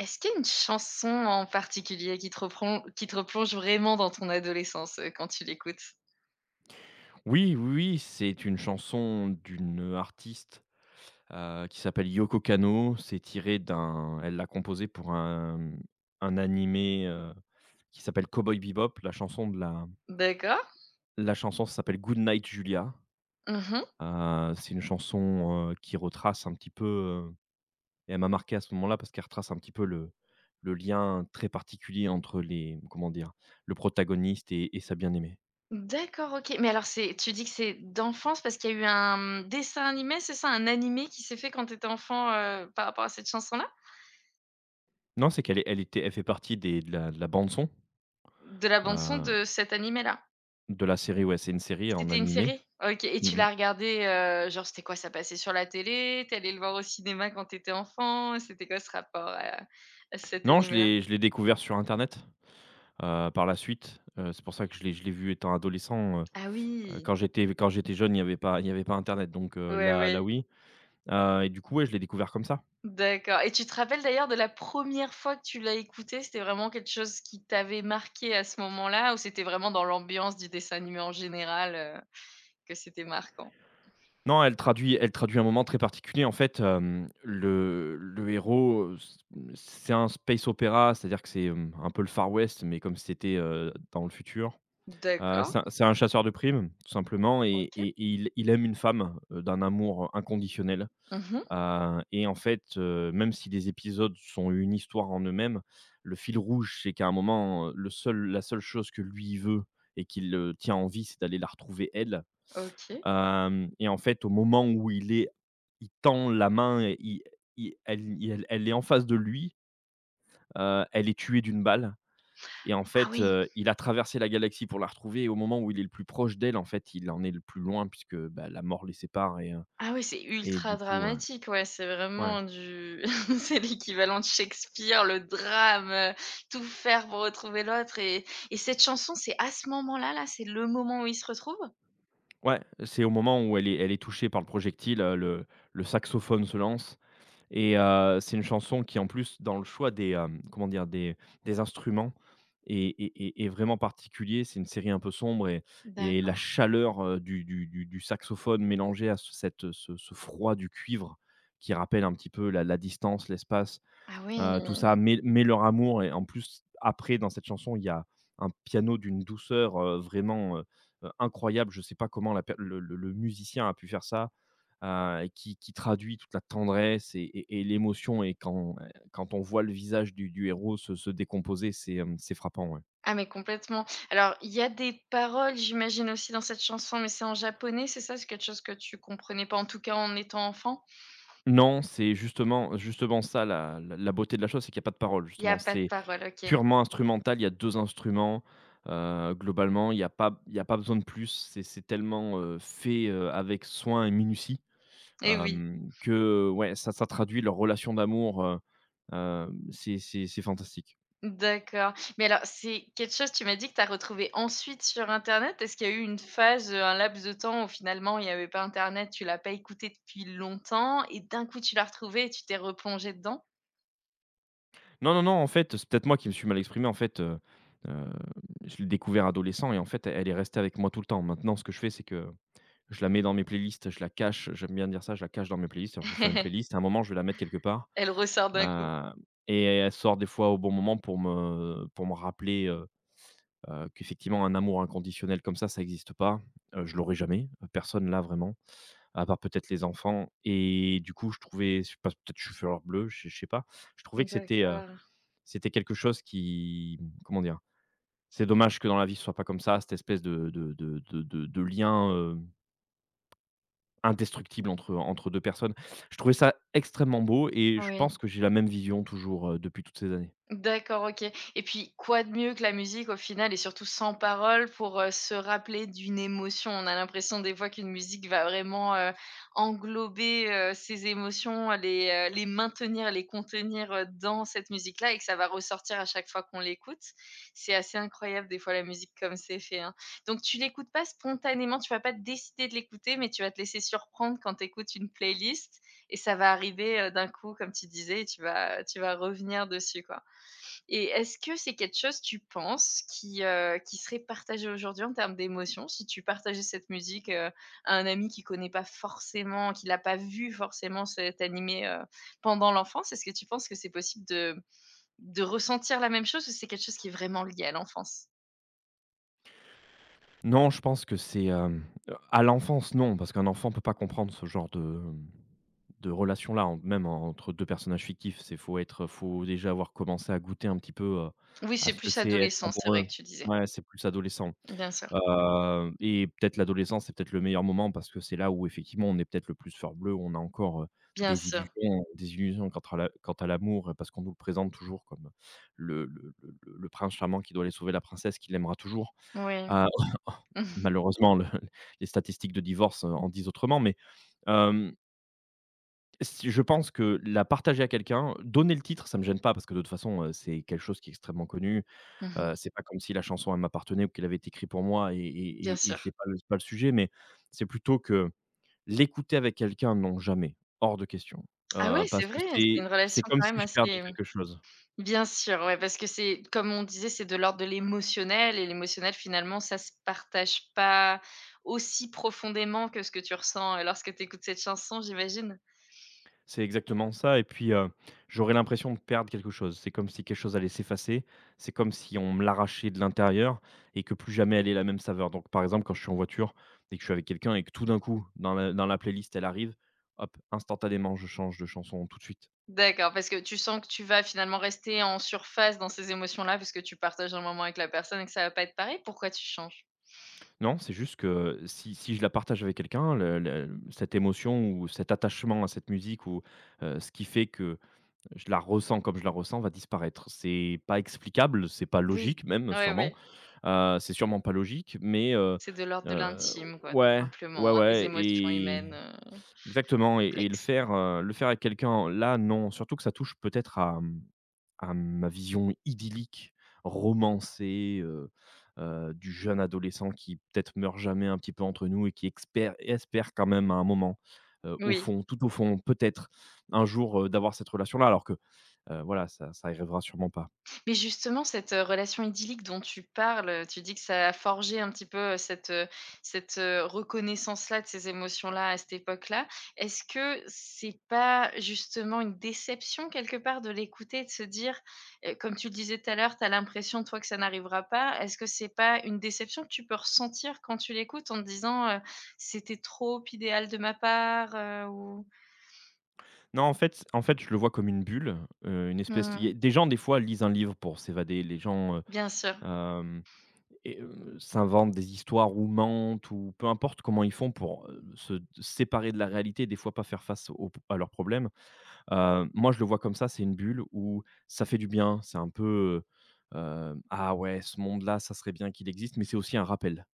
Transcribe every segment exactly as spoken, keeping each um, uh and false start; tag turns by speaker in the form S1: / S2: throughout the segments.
S1: Est-ce qu'il y a une chanson en particulier qui te reprend, qui te replonge vraiment dans ton adolescence, heu, quand tu l'écoutes?
S2: Oui, oui, oui, c'est une chanson d'une artiste, heu, qui s'appelle Yoko Kanno. C'est tiré d'un Elle l'a composée pour un, mmh, un animé, heu, qui s'appelle Cowboy Bebop. La chanson de la
S1: D'accord.
S2: la chanson s'appelle Good Night Julia.
S1: Mmh.
S2: Heu, c'est une chanson, heu, qui retrace un petit peu, heu et elle m'a marqué à ce moment-là parce qu'elle retrace un petit peu le le lien très particulier entre les comment dire? Le protagoniste et et sa bien-aimée.
S1: D'accord, OK. Mais alors c'est tu dis que c'est d'enfance parce qu'il y a eu un dessin animé, c'est ça? Un animé qui s'est fait quand tu étais enfant, heu, par rapport à cette chanson-là?
S2: Non, c'est qu'elle est elle était elle fait partie des de la de la bande son.
S1: De la bande son de cet animé-là?
S2: De la série, ouais, c'est une série en
S1: C'était une
S2: animé.
S1: série? OK, et tu
S2: Mmh mh.
S1: l'as regardé, heu, genre c'était quoi? Ça passait sur la télé? T'es allé le voir au cinéma quand t'étais enfant? C'était quoi ce rapport à à cet
S2: Non, je
S1: animé-là?
S2: l'ai je l'ai découvert sur internet, heu, par la suite. Heu, c'est pour ça que je l'ai je l'ai vu étant adolescent. Heu
S1: Ah
S2: heu,
S1: oui!
S2: quand j'étais quand j'étais jeune, il y avait pas il y avait pas internet, donc heu,
S1: Ouais,
S2: là
S1: ouais.
S2: là oui, heu et du coup, ouais, je l'ai découvert comme ça.
S1: D'accord, et tu te rappelles d'ailleurs de la première fois que tu l'as écouté? C'était vraiment quelque chose qui t'avait marqué à ce moment-là, ou c'était vraiment dans l'ambiance du dessin animé en général, heu, que c'était marquant?
S2: Non, elle traduit elle traduit un moment très particulier. En fait, hem, le le héros, heu, c c'est un space opéra, c'est-à-dire que c'est, hem, un peu le Far West, mais comme si c'était, heu, dans le futur. Heu,
S1: D'accord,
S2: c'est un c'est un chasseur de primes, tout simplement, et
S1: OK.
S2: et et il il aime une femme, heu, d'un amour inconditionnel.
S1: Mmh.
S2: Heu et en fait, heu, même si les épisodes sont une histoire en eux-mêmes, le fil rouge, c'est qu'à un moment, heu, le seul la seule chose que lui veut et qu'il le tient en vie, c'est d'aller la retrouver elle.
S1: OK.
S2: Hem Et en fait, au moment où il est il tend la main et il il elle il elle elle est en face de lui. Heu, elle est tuée d'une balle, et en
S1: Ah
S2: fait,
S1: oui.
S2: heu, il a traversé la galaxie pour la retrouver, et au moment où il est le plus proche d'elle, en fait, il en est le plus loin, puisque, bah, la mort les sépare et heu
S1: Ah oui, c'est
S2: et
S1: ultra
S2: du coup, heu,
S1: dramatique, ouais, c'est
S2: ouais.
S1: vraiment du c'est l'équivalent de Shakespeare, le drame, heu, tout faire pour retrouver l'autre. et et cette chanson, c'est à ce moment-là, là, c'est le moment où ils se retrouvent?
S2: Ouais, c'est au moment où elle est elle est touchée par le projectile. Heu, le le saxophone se lance. Et heu, c'est une chanson qui en plus dans le choix des, hem, comment dire? Des des instruments est est est est vraiment particulier. C'est une série un peu sombre, et et la
S1: D'accord.
S2: chaleur, heu, du du du du saxophone mélangée à ce cette, ce ce froid du cuivre qui rappelle un petit peu la la distance, l'espace.
S1: Ah oui.
S2: Heu, tout ça met met leur amour, et en plus après dans cette chanson, il y a un piano d'une douceur, heu, vraiment, heu heu, incroyable. Je ne sais pas comment la per le le le musicien a pu faire ça, heu, qui qui traduit toute la tendresse et et et l'émotion, et quand, quand on voit le visage du du héros se se décomposer, c'est, hem, c'est frappant, ouais.
S1: Ah mais complètement. Alors, il y a des paroles, j'imagine aussi dans cette chanson, mais c'est en japonais, c'est ça? C'est quelque chose que tu comprenais pas, en tout cas en étant enfant?
S2: Non, c'est justement justement ça la la la beauté de la chose, c'est qu'il y a pas de paroles
S1: Il y a
S2: justement.
S1: pas de
S2: C'est
S1: paroles, OK.
S2: Purement instrumental, il y a deux instruments, heu, globalement, il y a pas il y a pas besoin de plus. C'est c'est tellement, heu, fait, heu, avec soin et minutie,
S1: Eh oui,
S2: hem, que ouais, ça ça traduit leur relation d'amour, heu, hem, c'est c'est c'est fantastique.
S1: d'accord. Mais alors, c'est quelque chose, tu m'as dit, que tu as retrouvé ensuite sur internet. Est-ce qu'il y a eu une phase, heu, un laps de temps où finalement il y avait pas internet, tu l'as pas écouté depuis longtemps et d'un coup tu l'as retrouvé et tu t'es replongé dedans?
S2: Non, non, non, en fait, c'est peut-être moi qui me suis mal exprimé. En fait, heu, heu, je l'ai découvert adolescent, et en fait, elle est restée avec moi tout le temps. Maintenant, ce que je fais, c'est que je la mets dans mes playlists, je la cache, j'aime bien dire ça, je la cache dans mes playlists. Alors je vais faire une playlist, à un moment, je vais la mettre quelque part.
S1: Elle ressort d'un coup?
S2: Heu et elle sort des fois au bon moment pour me pour me rappeler, heu heu, qu'effectivement un amour inconditionnel comme ça, ça n'existe pas. Heu, je l'aurai jamais, heu, personne là vraiment, à part peut-être les enfants, et du coup, je trouvais, je sais pas, peut-être je suis fleur bleue, je sais je sais pas. Je trouvais que c'était, heu,
S1: D'accord.
S2: c'était quelque chose qui, comment dire? C'est dommage que dans la vie, ce soit pas comme ça, cette espèce de de de de de de lien, heu, indestructible entre entre deux personnes. Je trouvais ça extrêmement beau, et je pense
S1: Oui.
S2: que j'ai la même vision toujours, heu, depuis toutes ces années.
S1: D'accord, OK. Et puis, quoi de mieux que la musique au final, et surtout sans paroles, pour, heu, se rappeler d'une émotion? On a l'impression des fois qu'une musique va vraiment, heu, englober, heu, ces émotions, les, heu, les maintenir, les contenir, heu, dans cette musique-là, et que ça va ressortir à chaque fois qu'on l'écoute. C'est assez incroyable des fois la musique comme c'est fait, hein. Donc tu l'écoutes pas spontanément, tu vas pas décider de l'écouter, mais tu vas te laisser surprendre quand tu écoutes une playlist et ça va arriver, heu, d'un coup, comme tu disais, et tu vas tu vas revenir dessus, quoi. Et est-ce que c'est quelque chose, tu penses, qui, heu, qui serait partagé aujourd'hui en termes d'émotions? Si tu partageais cette musique, heu, à un ami qui connaît pas forcément, qui l'a pas vu forcément cet animé, heu, pendant l'enfance, est-ce que tu penses que c'est possible de de ressentir la même chose, ou c'est quelque chose qui est vraiment lié à l'enfance?
S2: Non, je pense que c'est, hem, à l'enfance, non, parce qu'un enfant peut pas comprendre ce genre de, de relation-là, en même en- entre deux personnages fictifs. C'est faut être faut déjà avoir commencé à goûter un petit peu, heu,
S1: Oui,
S2: à
S1: c'est
S2: ce que
S1: plus
S2: c'est être
S1: adolescent, c'est
S2: amoureux.
S1: vrai, que tu disais.
S2: Ouais, c'est plus adolescent.
S1: Bien sûr,
S2: Heu et peut-être l'adolescence, c'est peut-être le meilleur moment parce que c'est là où effectivement on est peut-être le plus fleur bleue, on a encore, heu,
S1: bien
S2: des
S1: sûr.
S2: illusions des illusions quant à la quant à l'amour, parce qu'on nous le présente toujours comme le le le le le prince charmant qui doit aller sauver la princesse, qui l'aimera toujours.
S1: Oui.
S2: Heu, malheureusement, le les statistiques de divorce, heu, en disent autrement, mais hem, si je pense que la partager à quelqu'un, donner le titre, ça me gêne pas parce que de toute façon, heu, c'est quelque chose qui est extrêmement connu. Heu,
S1: Mmh.
S2: c'est pas comme si la chanson, elle m'appartenait ou qu'elle avait été écrite pour moi, et et
S1: Bien
S2: et et c'est
S1: sûr.
S2: pas le c'est pas le sujet, mais c'est plutôt que l'écouter avec quelqu'un, non, jamais, hors de question.
S1: Ah ouais,
S2: Heu,
S1: c'est
S2: parce que
S1: vrai, c'est
S2: c'est
S1: une relation
S2: c'est comme
S1: quand
S2: si
S1: même
S2: je perdais
S1: assez…
S2: quelque chose.
S1: Bien sûr, ouais, parce que c'est comme on disait, c'est de l'ordre de l'émotionnel, et l'émotionnel finalement, ça se partage pas aussi profondément que ce que tu ressens, heu, lorsque tu écoutes cette chanson, j'imagine?
S2: C'est exactement ça, et puis, heu, j'aurais l'impression de perdre quelque chose. C'est comme si quelque chose allait s'effacer, c'est comme si on me l'arrachait de l'intérieur et que plus jamais elle ait la même saveur. Donc par exemple, quand je suis en voiture et que je suis avec quelqu'un et que tout d'un coup, dans la dans la playlist, elle arrive, hop, instantanément, je change de chanson tout de suite.
S1: D'accord, parce que tu sens que tu vas finalement rester en surface dans ces émotions-là, parce que tu partages un moment avec la personne et que ça va pas être pareil? Pourquoi tu changes?
S2: Non, c'est juste que si si je la partage avec quelqu'un, le le cette émotion ou cet attachement à cette musique, ou, heu, ce qui fait que je la ressens comme je la ressens va disparaître. C'est pas explicable, c'est pas
S1: Oui,
S2: logique même,
S1: oui,
S2: sûrement.
S1: oui,
S2: Heu, c'est sûrement pas logique, mais heu
S1: c'est de l'ordre de
S2: heu,
S1: l'intime quoi, tout
S2: ouais,
S1: simplement,
S2: ouais,
S1: hein, des
S2: ouais
S1: émotions
S2: et
S1: humaines, heu,
S2: exactement, et et le
S1: complexes.
S2: faire, heu, le faire avec quelqu'un, là, non. Surtout que ça touche peut-être à, mmh, à ma vision idyllique, romancée, heu heu, du jeune adolescent qui peut-être meurt jamais un petit peu entre nous et qui expère espère quand même à un moment, heu, au
S1: Oui.
S2: fond, tout au fond, peut-être un jour, heu, d'avoir cette relation-là, alors que, heu, voilà, ça ça arrivera sûrement pas.
S1: Mais justement, cette, heu, relation idyllique dont tu parles, tu dis que ça a forgé un petit peu, heu, cette, heu, cette, heu, reconnaissance-là, de ces émotions-là, à cette époque-là. Est-ce que c'est pas justement une déception, quelque part, de l'écouter et de se dire, heu, comme tu le disais tout à l'heure, tu as l'impression, toi, que ça n'arrivera pas. Est-ce que c'est pas une déception que tu peux ressentir quand tu l'écoutes en te disant, heu: «C'était trop idéal de ma part», heu, ou?
S2: Non, en fait en fait, je le vois comme une bulle, heu, une espèce. Il y a
S1: Mmh.
S2: des gens, des fois, lisent un livre pour s'évader. Les gens, heu,
S1: Bien sûr.
S2: hem et heu, s'inventent des histoires ou mentent ou peu importe comment ils font pour, heu, se d séparer de la réalité, et des fois pas faire face aux à leurs problèmes. Heu, moi, je le vois comme ça, c'est une bulle où ça fait du bien. C'est un peu, heu, «Ah ouais, ce monde-là, ça serait bien qu'il existe», mais c'est aussi un rappel.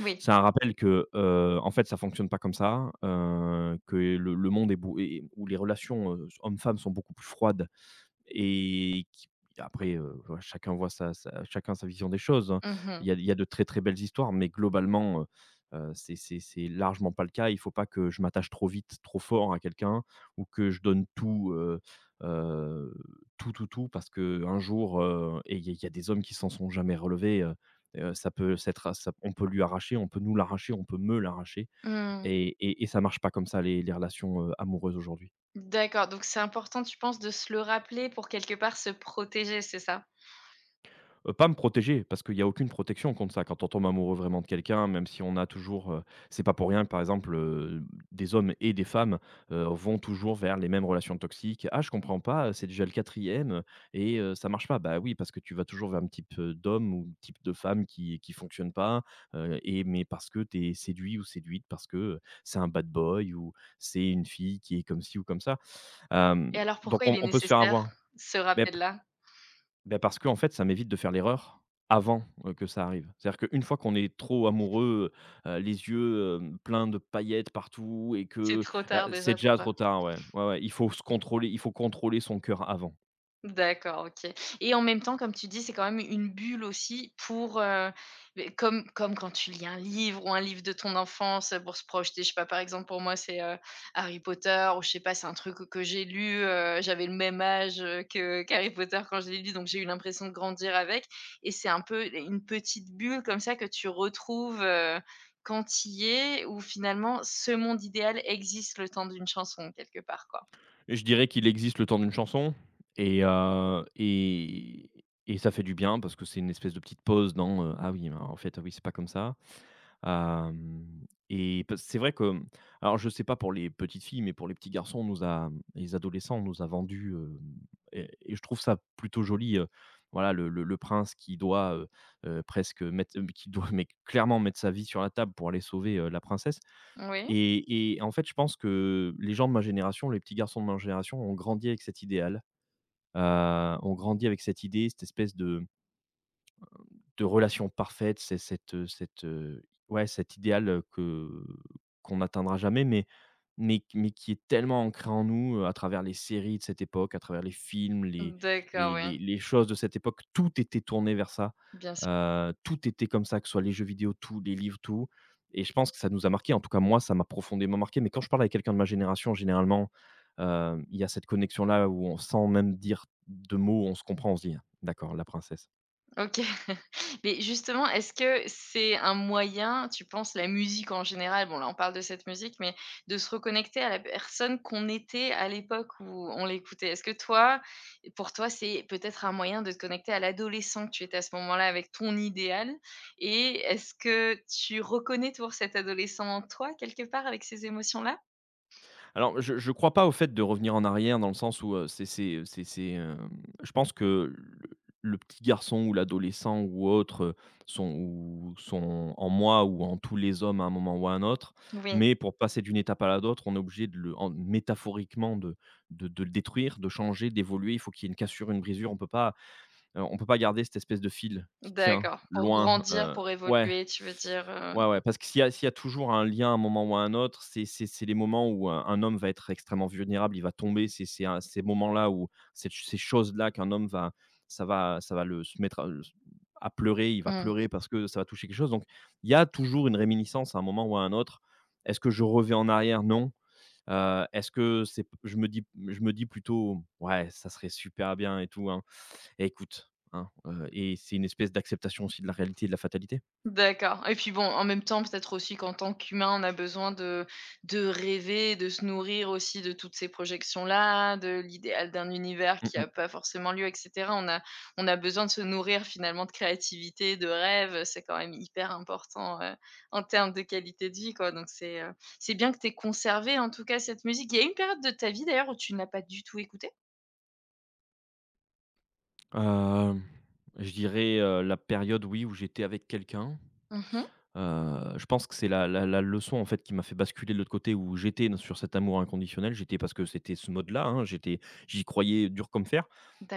S1: Oui.
S2: C'est un rappel que, heu, en fait, ça fonctionne pas comme ça, heu, que le le monde est bou et où les relations, heu, hommes-femmes sont beaucoup plus froides, et qui après, heu, ouais, chacun voit sa sa chacun sa vision des choses, hein. Il
S1: Mmh.
S2: y a il y a de très, très belles histoires, mais globalement, heu heu, c'est c'est c'est largement pas le cas. Il faut pas que je m'attache trop vite, trop fort à quelqu'un, ou que je donne tout, heu heu, tout, tout, tout, parce que un jour, heu et il y a il y a des hommes qui s'en sont jamais relevés. Heu heu, ça peut s'être ça on peut lui arracher, on peut nous l'arracher, on peut me l'arracher,
S1: Mmh.
S2: et et et ça marche pas comme ça les les relations, heu, amoureuses aujourd'hui.
S1: D'accord, donc c'est important, tu penses, de se le rappeler pour quelque part se protéger, c'est ça?
S2: Heu, pas me protéger, parce qu'il y a aucune protection contre ça. Quand on tombe amoureux vraiment de quelqu'un, même si on a toujours, heu c'est pas pour rien que par exemple, heu, des hommes et des femmes, heu, vont toujours vers les mêmes relations toxiques. «Ah je comprends pas, c'est déjà le quatrième, et heu, ça marche pas». Bah oui, parce que tu vas toujours vers un type, heu, d'homme ou type de femme qui qui fonctionne pas, heu et mais parce que tu es séduit ou séduite, parce que, heu, c'est un bad boy ou c'est une fille qui est comme ci ou comme ça. Hem,
S1: Et alors
S2: donc
S1: pourquoi
S2: on
S1: il est
S2: on peut se faire
S1: nécessaire
S2: avoir.
S1: ce
S2: Beh
S1: rappel-là?
S2: Ben parce que en fait, ça m'évite de faire l'erreur avant, heu, que ça arrive. C'est-à-dire qu'une fois qu'on est trop amoureux, heu, les yeux, hem, pleins de paillettes partout et
S1: C'est
S2: que
S1: trop
S2: là,
S1: tard
S2: c'est
S1: déjà pour
S2: déjà
S1: toi?
S2: trop tard, ouais. Ouais, ouais, il faut se contrôler, il faut contrôler son cœur avant.
S1: D'accord, OK, et en même temps, comme tu dis, c'est quand même une bulle aussi pour, heu, beh, comme comme quand tu lis un livre, ou un livre de ton enfance, heu, pour se projeter. Je sais pas, par exemple, pour moi, c'est, heu, Harry Potter, ou je sais pas, c'est un truc que j'ai lu, heu, j'avais le même âge, heu, que qu'Harry Potter quand je l'ai lu, donc j'ai eu l'impression de grandir avec, et c'est un peu une petite bulle comme ça que tu retrouves, heu, quand tu y es, où finalement ce monde idéal existe le temps d'une chanson quelque part, quoi.
S2: Et je dirais qu'il existe le temps d'une chanson et heu et et ça fait du bien parce que c'est une espèce de petite pause dans, heu: «Ah oui, mais en fait, ah oui, c'est pas comme ça». Hem Et parce c'est vrai que, alors je sais pas pour les petites filles, mais pour les petits garçons, on nous a les adolescents, on nous a vendu, heu et et je trouve ça plutôt joli, heu, voilà le le le prince qui doit, heu heu, presque mettre euh, qui doit mais clairement mettre sa vie sur la table pour aller sauver, heu, la princesse
S1: Oui?
S2: et et en fait, je pense que les gens de ma génération, les petits garçons de ma génération ont grandi avec cet idéal, heu, ont grandi avec cette idée, cette espèce de de relation parfaite, c'est cette, heu cette, heu, ouais, cet idéal, heu, que qu'on n'atteindra jamais, mais mais mais qui est tellement ancré en nous, heu, à travers les séries de cette époque, à travers les films, les
S1: D'accord,
S2: les
S1: oui,
S2: les les choses de cette époque, tout était tourné vers ça.
S1: bien sûr.
S2: Heu, tout était comme ça, que ce soit les jeux vidéo, tout, les livres, tout et je pense que ça nous a marqué, en tout cas, moi, ça m'a profondément marqué, mais quand je parle avec quelqu'un de ma génération, généralement, hem, il y a cette connexion-là où on sans même dire de mots, on se comprend, on se dit: «D'accord, la princesse».
S1: OK. Mais justement, est-ce que c'est un moyen, tu penses, la musique en général, bon là on parle de cette musique, mais de se reconnecter à la personne qu'on était à l'époque où on l'écoutait? Est-ce que toi, pour toi, c'est peut-être un moyen de te connecter à l'adolescent que tu étais à ce moment-là avec ton idéal? Et est-ce que tu reconnais toujours cet adolescent en toi quelque part avec ces émotions-là?
S2: Alors, je ne crois pas au fait de revenir en arrière dans le sens où, heu, c'est c'est, c'est c'est, hem, je pense que le le petit garçon ou l'adolescent ou autre, heu, sont ou sont en moi ou en tous les hommes à un moment ou à un autre,
S1: Oui,
S2: mais pour passer d'une étape à la d'autre, on est obligé de le en métaphoriquement de de de le détruire, de changer, d'évoluer. Il faut qu'il y ait une cassure, une brisure. On peut pas, heu, on peut pas garder cette espèce de fil qui tient
S1: d'accord. Pour
S2: loin,
S1: grandir,
S2: heu
S1: pour
S2: ouais.
S1: évoluer, tu veux dire, heu?
S2: Ouais, ouais, parce que s'il y a s'il y a toujours un lien à un moment ou à un autre, c'est c'est c'est les moments où un un homme va être extrêmement vulnérable, il va tomber, c'est c'est un ces moments-là où cette ch ces choses-là qu'un homme va ça va ça va le se mettre à à pleurer, il va
S1: Mmh.
S2: pleurer parce que ça va toucher quelque chose, donc il y a toujours une réminiscence à un moment ou à un autre. Est-ce que je reviens en arrière? Non. Heu, est-ce que c'est je me dis je me dis plutôt: «Ouais, ça serait super bien et tout, hein». Eh écoute, hein, heu et c'est une espèce d'acceptation aussi de la réalité et de la fatalité.
S1: D'accord, et puis bon, en même temps, peut-être aussi qu'en tant qu'humain, on a besoin de de rêver, de se nourrir aussi de toutes ces projections-là, de l'idéal d'un univers
S2: Mmh
S1: qui n'a
S2: mmh.
S1: pas forcément lieu, et cetera. On a on a besoin de se nourrir finalement de créativité, de rêve, c'est quand même hyper important, heu, en termes de qualité de vie, quoi, donc c'est, heu, c'est bien que tu aies conservé en tout cas cette musique. Il y a une période de ta vie d'ailleurs où tu ne l'as pas du tout écoutée?
S2: Hem, je dirais, heu, la période, oui, où j'étais avec quelqu'un.
S1: Mmh.
S2: Heu, je pense que c'est la la la leçon, en fait, qui m'a fait basculer de l'autre côté où j'étais dans sur cet amour inconditionnel. J'étais parce que c'était ce mode-là, hein, j'étais j'y croyais dur comme fer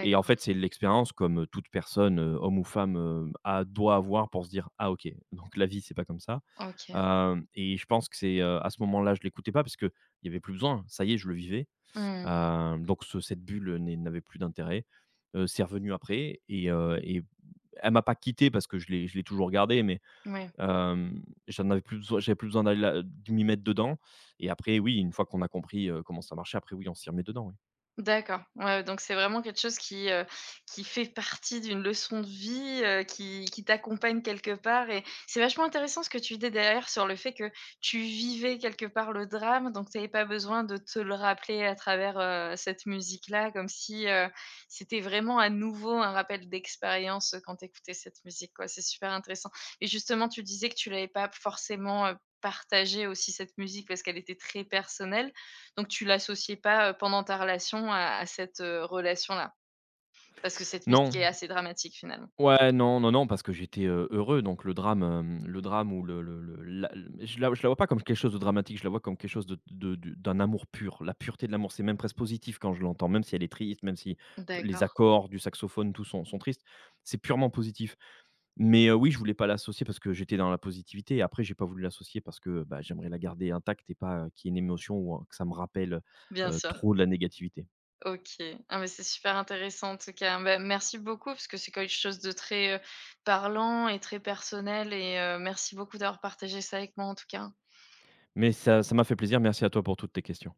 S2: et en fait, c'est l'expérience comme, toute personne, heu, homme ou femme, heu, a doit avoir pour se dire: «Ah OK, donc la vie, c'est pas comme ça».
S1: OK.
S2: Hem Et je pense que c'est, heu, à ce moment-là, je l'écoutais pas parce que il y avait plus besoin, ça y est, je le vivais.
S1: Mmh.
S2: Heu, donc ce cette bulle n'est n'avait plus d'intérêt. Heu, c'est revenu après et heu et elle m'a pas quitté parce que je l'ai je l'ai toujours gardée, mais
S1: Ouais.
S2: hem, j'en avais plus besoin. J'avais plus besoin d'aller la de m'y mettre dedans et après oui, une fois qu'on a compris, heu, comment ça marchait, après oui, on s'y remet dedans, oui.
S1: D'accord, ouais, donc c'est vraiment quelque chose qui, heu, qui fait partie d'une leçon de vie, heu, qui qui t'accompagne quelque part, et c'est vachement intéressant ce que tu dis derrière sur le fait que tu vivais quelque part le drame, donc tu avais pas besoin de te le rappeler à travers, heu, cette musique-là, comme si, heu, c'était vraiment à nouveau un rappel d'expérience, heu, quand tu écoutais cette musique, quoi. C'est super intéressant, et justement, tu disais que tu l'avais pas forcément, heu, partagée aussi cette musique parce qu'elle était très personnelle. Donc tu l'associais pas, heu, pendant ta relation à à cette, heu, relation-là? Parce que cette musique
S2: Non,
S1: est assez dramatique finalement.
S2: ouais, non, non, non, parce que j'étais, heu, heureux donc le drame, hem, le drame ou le le le la le- je la je la vois pas comme quelque chose de dramatique, je la vois comme quelque chose de de de d'un amour pur. La pureté de l'amour, c'est même presque positif quand je l'entends, même si elle est triste, même si les
S1: D'accord,
S2: accords du saxophone, tout sont sont tristes, c'est purement positif. Mais, heu, oui, je voulais pas l'associer parce que j'étais dans la positivité et après j'ai pas voulu l'associer parce que, bah, j'aimerais la garder intacte et pas, heu, qu'il y ait une émotion ou un que ça me rappelle,
S1: bien
S2: heu,
S1: sûr.
S2: trop de la négativité.
S1: OK. Ah mais c'est super intéressant en tout cas. Bah, merci beaucoup parce que c'est quelque chose de très, heu, parlant et très personnel, et heu, merci beaucoup d'avoir partagé ça avec moi en tout cas.
S2: Mais ça ça m'a fait plaisir, merci à toi pour toutes tes questions.